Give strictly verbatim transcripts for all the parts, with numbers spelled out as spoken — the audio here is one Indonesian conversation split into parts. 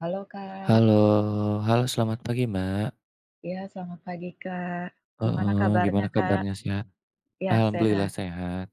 Halo Kak, Halo. Halo, selamat pagi, Mbak. ya selamat pagi Kak. Gimana Heeh, kabarnya gimana Kak? kabarnya, sehat? Ya Alhamdulillah sehat, sehat.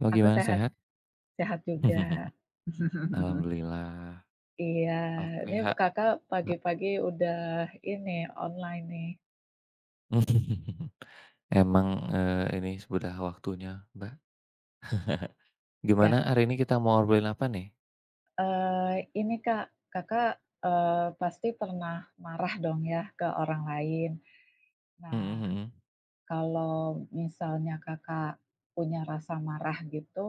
Mbak, aku gimana, sehat, sehat? sehat juga. Alhamdulillah. Iya, Oke, ini ha Kakak ha. pagi-pagi udah ini, online nih. emang, eee, ini sudah waktunya, Mbak. Gimana Ya, hari ini kita mau obrolin apa nih? eee, ini Kak, Kakak, eee, pasti pernah marah dong ya ke orang lain. Nah, Mhm kalau misalnya Kakak punya rasa marah gitu,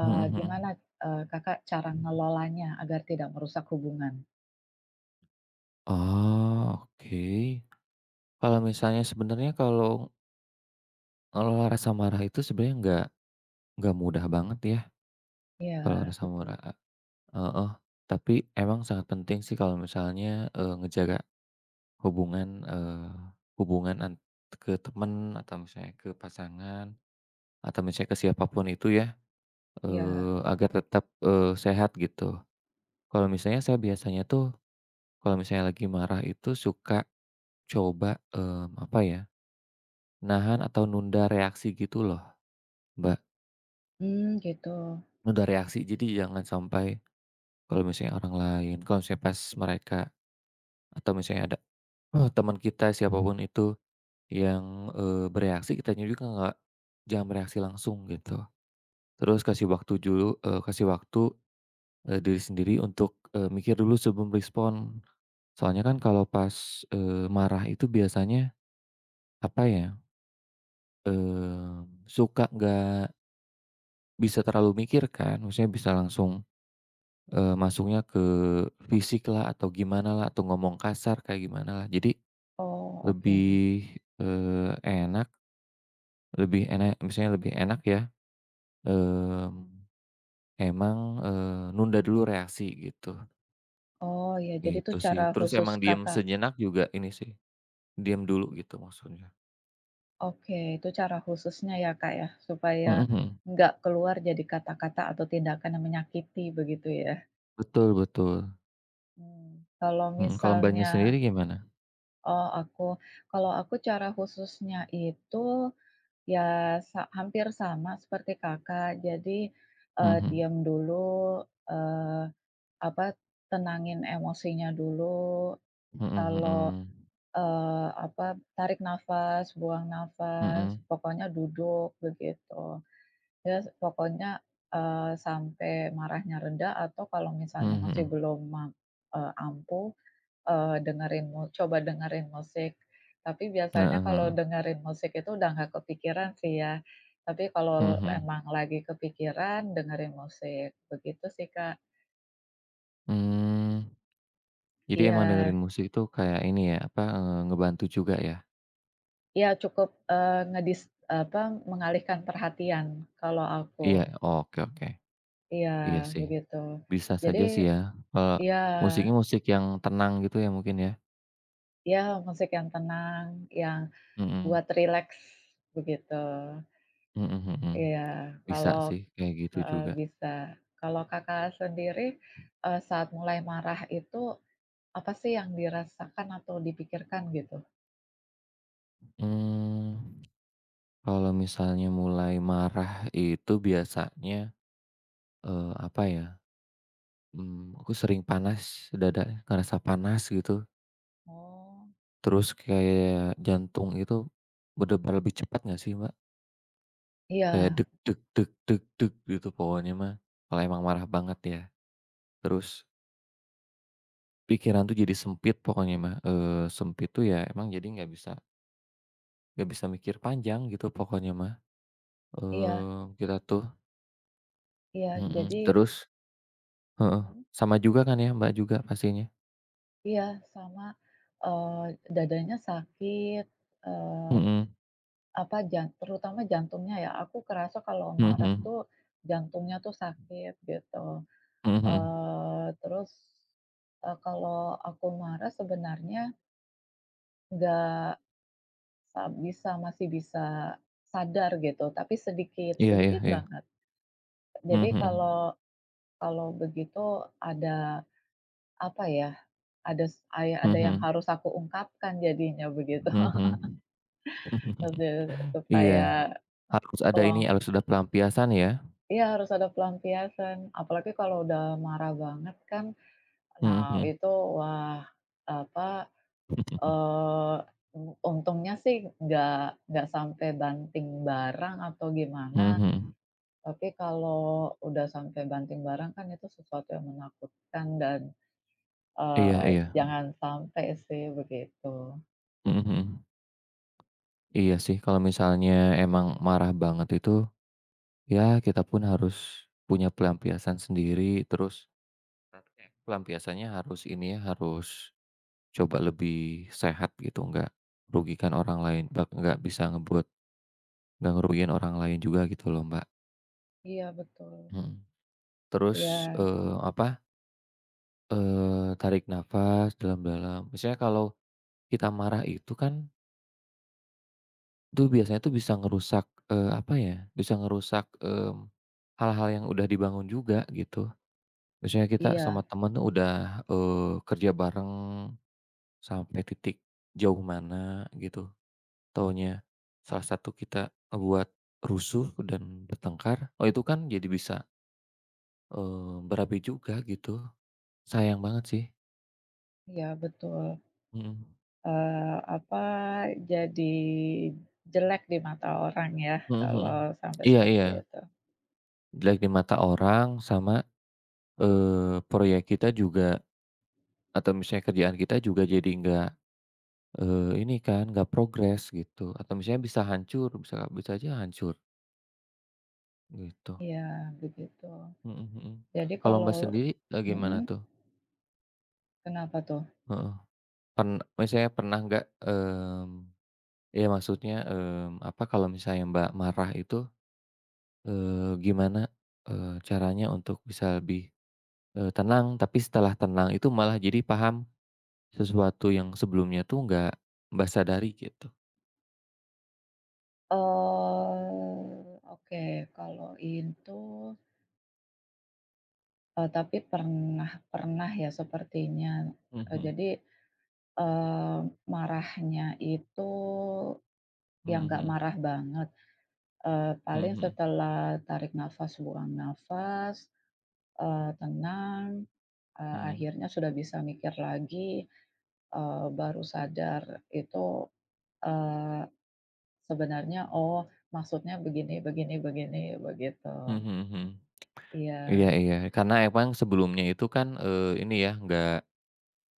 mhm, mhm gimana, mhm. eee, Kakak cara ngelolanya agar tidak merusak hubungan? Oh, oke. Kalau misalnya, sebenarnya, kalau kalau rasa marah itu sebenarnya nggak nggak mudah banget ya. Kalau Iya, rasa betul. marah, heeh, tapi emang sangat penting sih kalau misalnya, eee, ngejaga hubungan, eee, hubungan ant ke teman, atau misalnya ke pasangan, atau misalnya ke siapapun itu ya, Iya. eee, agar tetap, eee, sehat gitu. Kalau misalnya saya biasanya tuh kalau misalnya lagi marah itu suka coba, mmm, apa ya, nahan atau nunda reaksi gitu loh, Mbak. Mmm, gitu. Nunda reaksi, jadi jangan sampai kalau misalnya orang lain, kalau misalnya pas mereka, atau misalnya ada, oh, teman kita siapapun itu Yang, eee, bereaksi, kitanya juga nggak, jangan bereaksi langsung gitu. Terus kasih waktu dulu, eee, kasih waktu, eee, diri sendiri untuk, eee, mikir dulu sebelum respon. Soalnya kan kalau pas, eee, marah itu biasanya, apa ya, mmm, suka nggak bisa terlalu mikir kan, maksudnya bisa langsung, eee, masuknya ke fisik lah, atau gimana lah, atau ngomong kasar kayak gimana lah. Jadi Oh, oke. lebih, eee, enak lebih enak misalnya lebih enak ya, mmm Emang, eee, nunda dulu reaksi gitu, Oh, ya, jadi itu gitu sih. cara Terus khusus emang diem Kakak sejenak juga ini sih, diem dulu gitu maksudnya. oke, itu cara khususnya ya, Kak, ya, supaya Mhm mhm. nggak keluar jadi kata-kata atau tindakan yang menyakiti begitu ya? Betul betul. Mmm, kalau Mhm, kalau Mbaknya misalnya sendiri gimana? oh, aku kalau aku cara khususnya itu ya sa hampir sama seperti Kakak. Jadi, Mhm eee, mhm. diam dulu, eee, apa, tenangin emosinya dulu. Mhm Kalau, mhm. eee, apa, tarik nafas, buang nafas, Mhm. pokoknya duduk begitu. Ya s pokoknya, eee, sampai marahnya reda atau kalau Mhm misalnya masih mhm. belum ma eee, ampuh, eee, dengerin mu coba dengerin musik. Tapi biasanya Heeh kalau heeh. dengerin musik itu udah nggak kepikiran sih ya. Tapi Mhm kalau mhm. emang lagi kepikiran dengerin musik, begitu sih, Kak. Mmm, jadi emang Iya. dengerin musik itu kayak ini ya, apa, eee, ngebantu juga ya? Iya cukup, eee, ngedis apa, mengalihkan perhatian kalau aku. Iya, oke oke. Iya, Iya sih, begitu. bisa Jadi, saja sih ya, eee, iya, musiknya musik yang tenang gitu ya mungkin ya? iya, musik yang tenang, yang Mhm. buat rileks, begitu. Mhm mhm. Iya, Bisa kalau sih kayak gitu heeh, juga. bisa. Kalau Kakak sendiri, eee, saat mulai marah itu, apa sih yang dirasakan atau dipikirkan gitu? Mmm, kalau misalnya mulai marah itu biasanya, eee, apa ya, mmm, aku sering panas dada, ngerasa panas gitu, Oh, terus kayak jantung itu berdebar lebih cepat nggak sih, Mbak? Kayak iya, deg deg deg deg deg gitu pokoknya mah, kalau emang marah banget ya. Terus pikiran tuh jadi sempit pokoknya mah, eee, sempit tuh ya emang jadi nggak bisa nggak bisa mikir panjang gitu pokoknya mah, iya, eee, kita tuh, iya, mhm, jadi, terus, heeh, mhm. sama juga kan ya, Mbak, juga pastinya? Iya, sama, eee, dadanya sakit, eee, Mhm, apa, jan terutama jantungnya ya, aku kerasa kalau mhm marah mhm, tuh jantungnya tuh sakit gitu, mhm mhm. eee, terus, eee, kalau aku marah sebenarnya nggak, sa bisa masih bisa sadar gitu, tapi sedikit, Iya iya sedikit iya, banget. Jadi mhm kalau kalau begitu ada, apa ya, ada s ay ada yang mhm, harus aku ungkapkan jadinya begitu. mhm mhm, mhm mhm. Lebih Iya, supaya, harus ada pelong ini, harus ada pelampiasan ya? iya, harus ada pelampiasan. Apalagi kalau udah marah banget kan, Mhm nah mhm, itu wah, apa, eee, untungnya sih nggak nggak sampai banting barang atau gimana, mhm mhm. tapi kalau udah sampai banting barang kan itu sesuatu yang menakutkan dan, Iya eee, iya, jangan sampai sih begitu. mhm mhm. Iya sih, kalau misalnya emang marah banget itu, ya kita pun harus punya pelampiasan sendiri. Terus pelampiasannya harus ini ya, harus coba lebih sehat gitu, nggak rugikan orang lain, bak nggak bisa ngebuat, nggak ngerugiin orang lain juga gitu loh, Mbak, Iya betul. mhm. Terus, Iya, eee, mhm. apa, eee, tarik nafas dalam-dalam. Misalnya kalau kita marah itu kan, itu biasanya tuh bisa ngerusak, eee, apa ya, bisa ngerusak, mmm, hal-hal yang udah dibangun juga gitu. Misalnya kita sama Iya, temen tuh udah, eee, kerja bareng sampai titik jauh mana gitu. Taunya salah satu kita buat rusuh dan bertengkar. Oh, itu kan jadi bisa, eee, berapi juga gitu. Sayang banget sih. iya, betul. Mhm. Eee, apa, jadi jelek di mata orang ya, Mhm mhm. kalau sampai Iya seperti iya. itu. Jelek di mata orang, sama, eee, proyek kita juga, atau misalnya kerjaan kita juga jadi nggak, eee, ini kan, nggak progres gitu, atau misalnya bisa hancur, bisa bisa aja hancur gitu. Iya, begitu. Mhm mhm. Jadi Kalau Mbak kalau sendiri, eee, mhm, gimana tuh? kenapa tuh? Heeh. Pen misalnya pernah nggak, mmm. Iya, maksudnya, mmm, apa, kalau misalnya Mbak marah itu, eee, gimana, eee, caranya untuk bisa lebih, eee, tenang, tapi setelah tenang itu malah jadi paham sesuatu yang sebelumnya tuh nggak Mbak sadari gitu? Oh, oke, kalau itu, eee, tapi pernah pernah ya sepertinya. Eee, Mhm, Jadi, eee, marahnya itu ya mhm nggak mhm, marah banget, eee, paling mhm setelah tarik nafas, buang nafas, eee, tenang. Eee, mhm, Akhirnya sudah bisa mikir lagi, eee, baru sadar itu, eee, sebenarnya, oh, maksudnya begini begini begini, begitu. mmm, mhm mhm. Iya, Iya iya, karena emang sebelumnya itu kan, eee, ini ya, nggak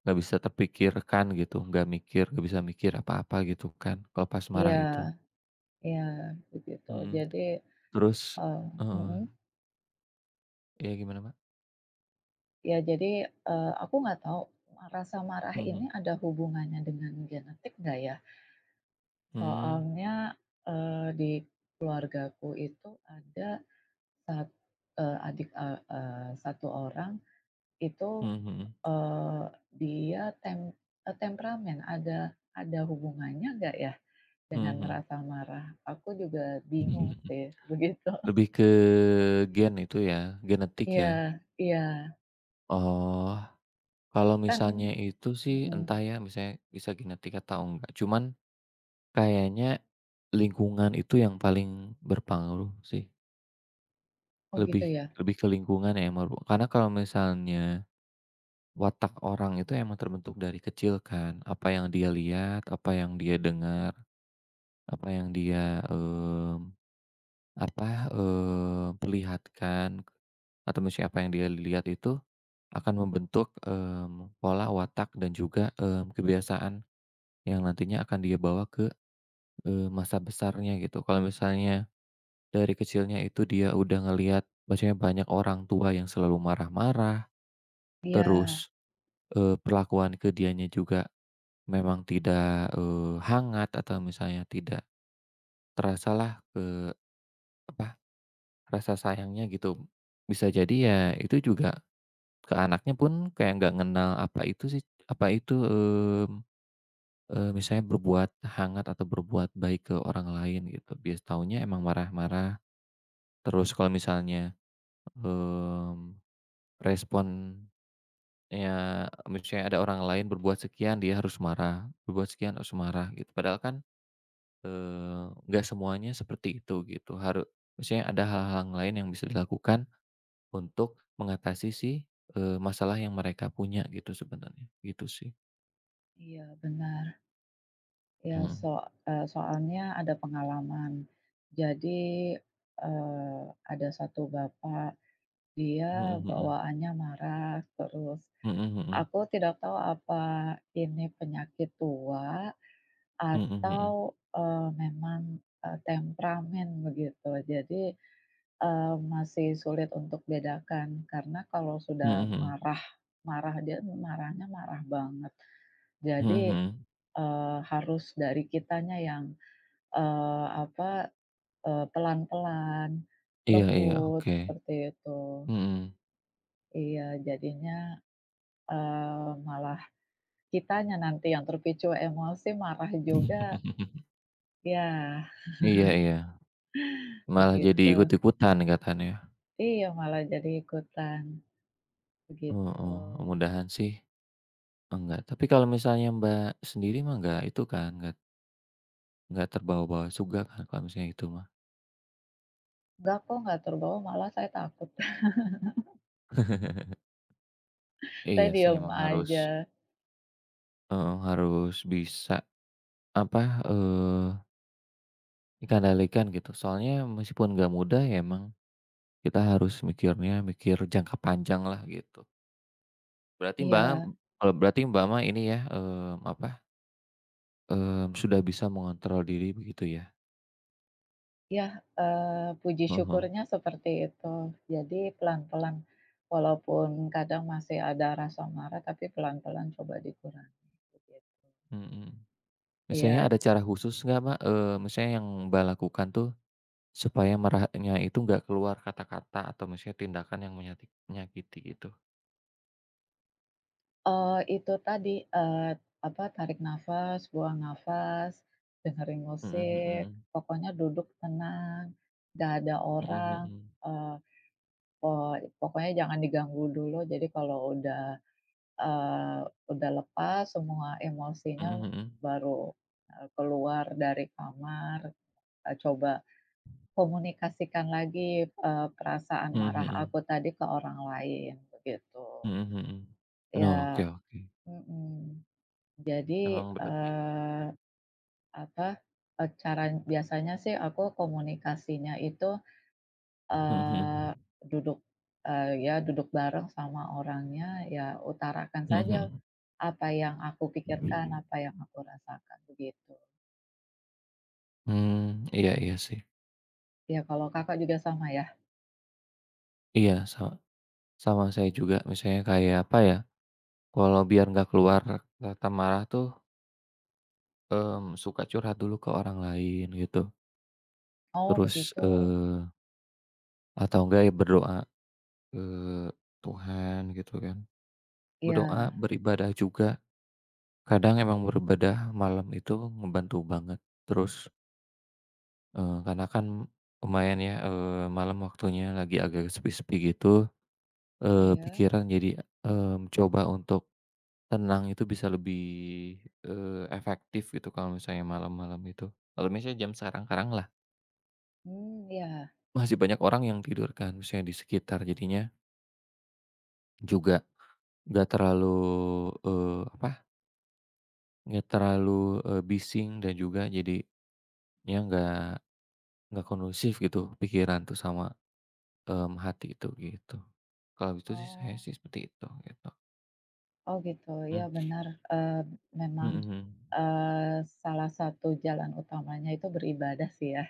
nggak bisa terpikirkan gitu, nggak mikir, nggak bisa mikir apa-apa gitu kan kalau pas marah itu, iya, iya, begitu. mhm. Jadi, Terus, eee heeh, mhm, iya, gimana Mbak? ya jadi, eee, aku nggak tahu rasa marah ini Mhm. ada hubungannya dengan genetik nggak ya? Mmm, Soalnya, eee, di keluargaku itu ada sat eee, adik, eee eee, satu orang itu. mhm mhm, Eee, dia tem eee, temperamen, ada ada hubungannya nggak ya dengan mhm rasa marah? Aku juga bingung mhm. sih begitu. Lebih ke gen itu ya, genetik Iya, ya? iya, Oh, kalau kan, misalnya itu sih entah mhm. ya, misalnya bisa genetik atau enggak, cuman kayaknya lingkungan itu yang paling berpengaruh sih, Oh gitu lebih ya? lebih ke lingkungan ya, meru karena kalau misalnya watak orang itu emang terbentuk dari kecil kan, apa yang dia lihat, apa yang dia dengar, apa yang dia, mmm, apa, eee, perlihatkan. Atau misalnya apa yang dia lihat itu akan membentuk, mmm, pola watak, dan juga, mmm, kebiasaan yang nantinya akan dia bawa ke, eee, masa besarnya gitu. Kalau misalnya dari kecilnya itu dia udah ngelihat, maksudnya banyak orang tua yang selalu marah-marah, Iya, terus, eee, perlakuan ke dianya juga memang tidak, eee, hangat, atau misalnya tidak terasalah, eee, apa, rasa sayangnya gitu. Bisa jadi ya itu juga. Ke anaknya pun kayak nggak ngenal apa itu sih, apa itu, mmm, eee, misalnya berbuat hangat atau berbuat baik ke orang lain gitu. Bias taunya emang marah-marah, terus kalau misalnya, mmm, responnya misalnya ada orang lain berbuat sekian, dia harus marah, berbuat sekian harus marah gitu. Padahal kan, eee, nggak semuanya seperti itu gitu, haru maksudnya ada hal-hal lain yang bisa dilakukan untuk mengatasi si, eee, masalah yang mereka punya gitu sebenarnya, gitu sih. iya, benar. Ya, Mhm, so eee, soalnya ada pengalaman. Jadi, eee, ada satu bapak, dia mhm mhm, bawaannya marah terus, mhm mhm, aku tidak tahu apa ini penyakit tua mhm mhm, atau, eee, memang, eee, temperamen begitu. Jadi, eee, masih sulit untuk bedakan karena kalau sudah mhm mhm, marah, marah dia marahnya marah banget. mhm Jadi, mhm. eee, harus dari kitanya yang, eee, apa, eee, pelan-pelan, Iya iya, lembut, oke, seperti itu. mhm. Iya, jadinya, eee, malah kitanya nanti yang terpicu emosi marah juga. Ya, Iya iya, malah jadi begitu. ikut-ikutan katanya. Iya, malah jadi ikutan, begitu. Heeh, mudahan sih enggak, tapi kalau misalnya Mbak sendiri mah enggak itu kan, enggak enggak terbawa-bawa juga kan kalau misalnya itu mah? Enggak kok, nggak terbawa, malah saya takut. Saya Iya sih, diem emang harus, aja. heeh, harus bisa, apa, eh, dikendalikan gitu, soalnya meskipun enggak mudah ya emang kita harus mikirnya, mikir jangka panjang lah gitu. Berarti Mbak, Iya, kalau berarti Mbak mah ini ya, mmm, apa, mmm, sudah bisa mengontrol diri begitu ya? ya, eee, puji Heeh, syukurnya seperti itu. Jadi pelan-pelan, walaupun kadang masih ada rasa marah, tapi pelan-pelan coba dikurangi, begitu. mhm. Iya, Misalnya ada cara khusus nggak Mbak, eee, misalnya yang Mbak lakukan tuh, supaya marahnya itu nggak keluar kata-kata atau misalnya tindakan yang menyati menyakiti gitu? eee, itu tadi, eee, apa, tarik nafas, buang nafas, dengerin Mhm musik, mhm. pokoknya duduk tenang, gak ada Mhm orang, mhm. eh, Eee, pokoknya jangan diganggu dulu, jadi kalau udah, eee, udah lepas semua emosinya Mhm mhm. baru, eee, keluar dari kamar, eee, coba komunikasikan lagi, eee, perasaan Mhm marah mhm. aku tadi ke orang lain, begitu. Mhm mhm. Ya, Oke oke. mhm, jadi, Emang berarti eee, apa, eee, cara biasanya sih aku komunikasinya itu. mhm mhm. Eee, duduk, eee, Ya duduk bareng sama orangnya, ya utarakan saja Mhm apa yang aku pikirkan, mhm. apa yang aku rasakan, begitu. Mmm, iya iya sih. Ya kalau Kakak juga sama ya? Iya, sa sama saya juga, misalnya, kayak apa ya, kalau biar nggak keluar kata marah tuh, mmm, suka curhat dulu ke orang lain gitu. Oh Terus, begitu. eee, atau enggak ya berdoa ke Tuhan gitu kan. Iya. Berdoa, beribadah juga. Kadang emang beribadah malam itu ngebantu banget. Terus, eee, karena kan lumayan ya, eee, malam waktunya lagi agak sepi-sepi gitu, eee, Iya. pikiran jadi, mmm, coba untuk tenang itu bisa lebih, eee, efektif gitu kalau misalnya malam-malam itu. Kalau misalnya jam sekarang-sekarang lah, Mmm, iya. masih banyak orang yang tidur kan, misalnya di sekitar, jadinya juga nggak terlalu, eee, apa, nggak terlalu, eee, bising, dan juga jadinya nggak nggak kondusif gitu pikiran tuh, sama, mmm, hati itu gitu. Kalau itu sih, saya Oh. sih seperti itu gitu. Oh gitu, iya Mmm, benar, eee, memang, mhm mhm. eee, salah satu jalan utamanya itu beribadah sih ya.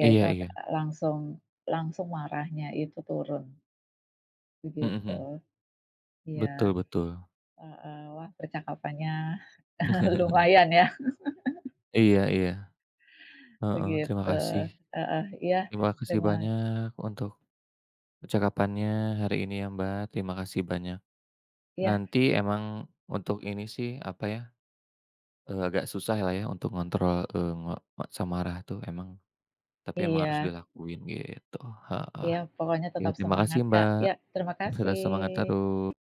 Ya itu Iya iya, langsung langsung marahnya itu turun, mhm mhm. begitu. Betul Iya. betul. Heeh, wah percakapannya lumayan ya, Iya iya, heeh, terima begitu. kasih. Heeh, iya, Terima kasih terima banyak untuk percakapannya hari ini ya, Mbak, terima kasih banyak. iya, Nanti emang untuk ini sih, apa ya, eee, agak susah lah ya untuk ngontrol, eee, ngo maksa marah tuh emang, tapi emang harus iya, dilakuin gitu, heeh. iya, pokoknya Ya tetap terima kasih, semangat Kak. Mbak, Ya terima sudah semangat kasih. terus.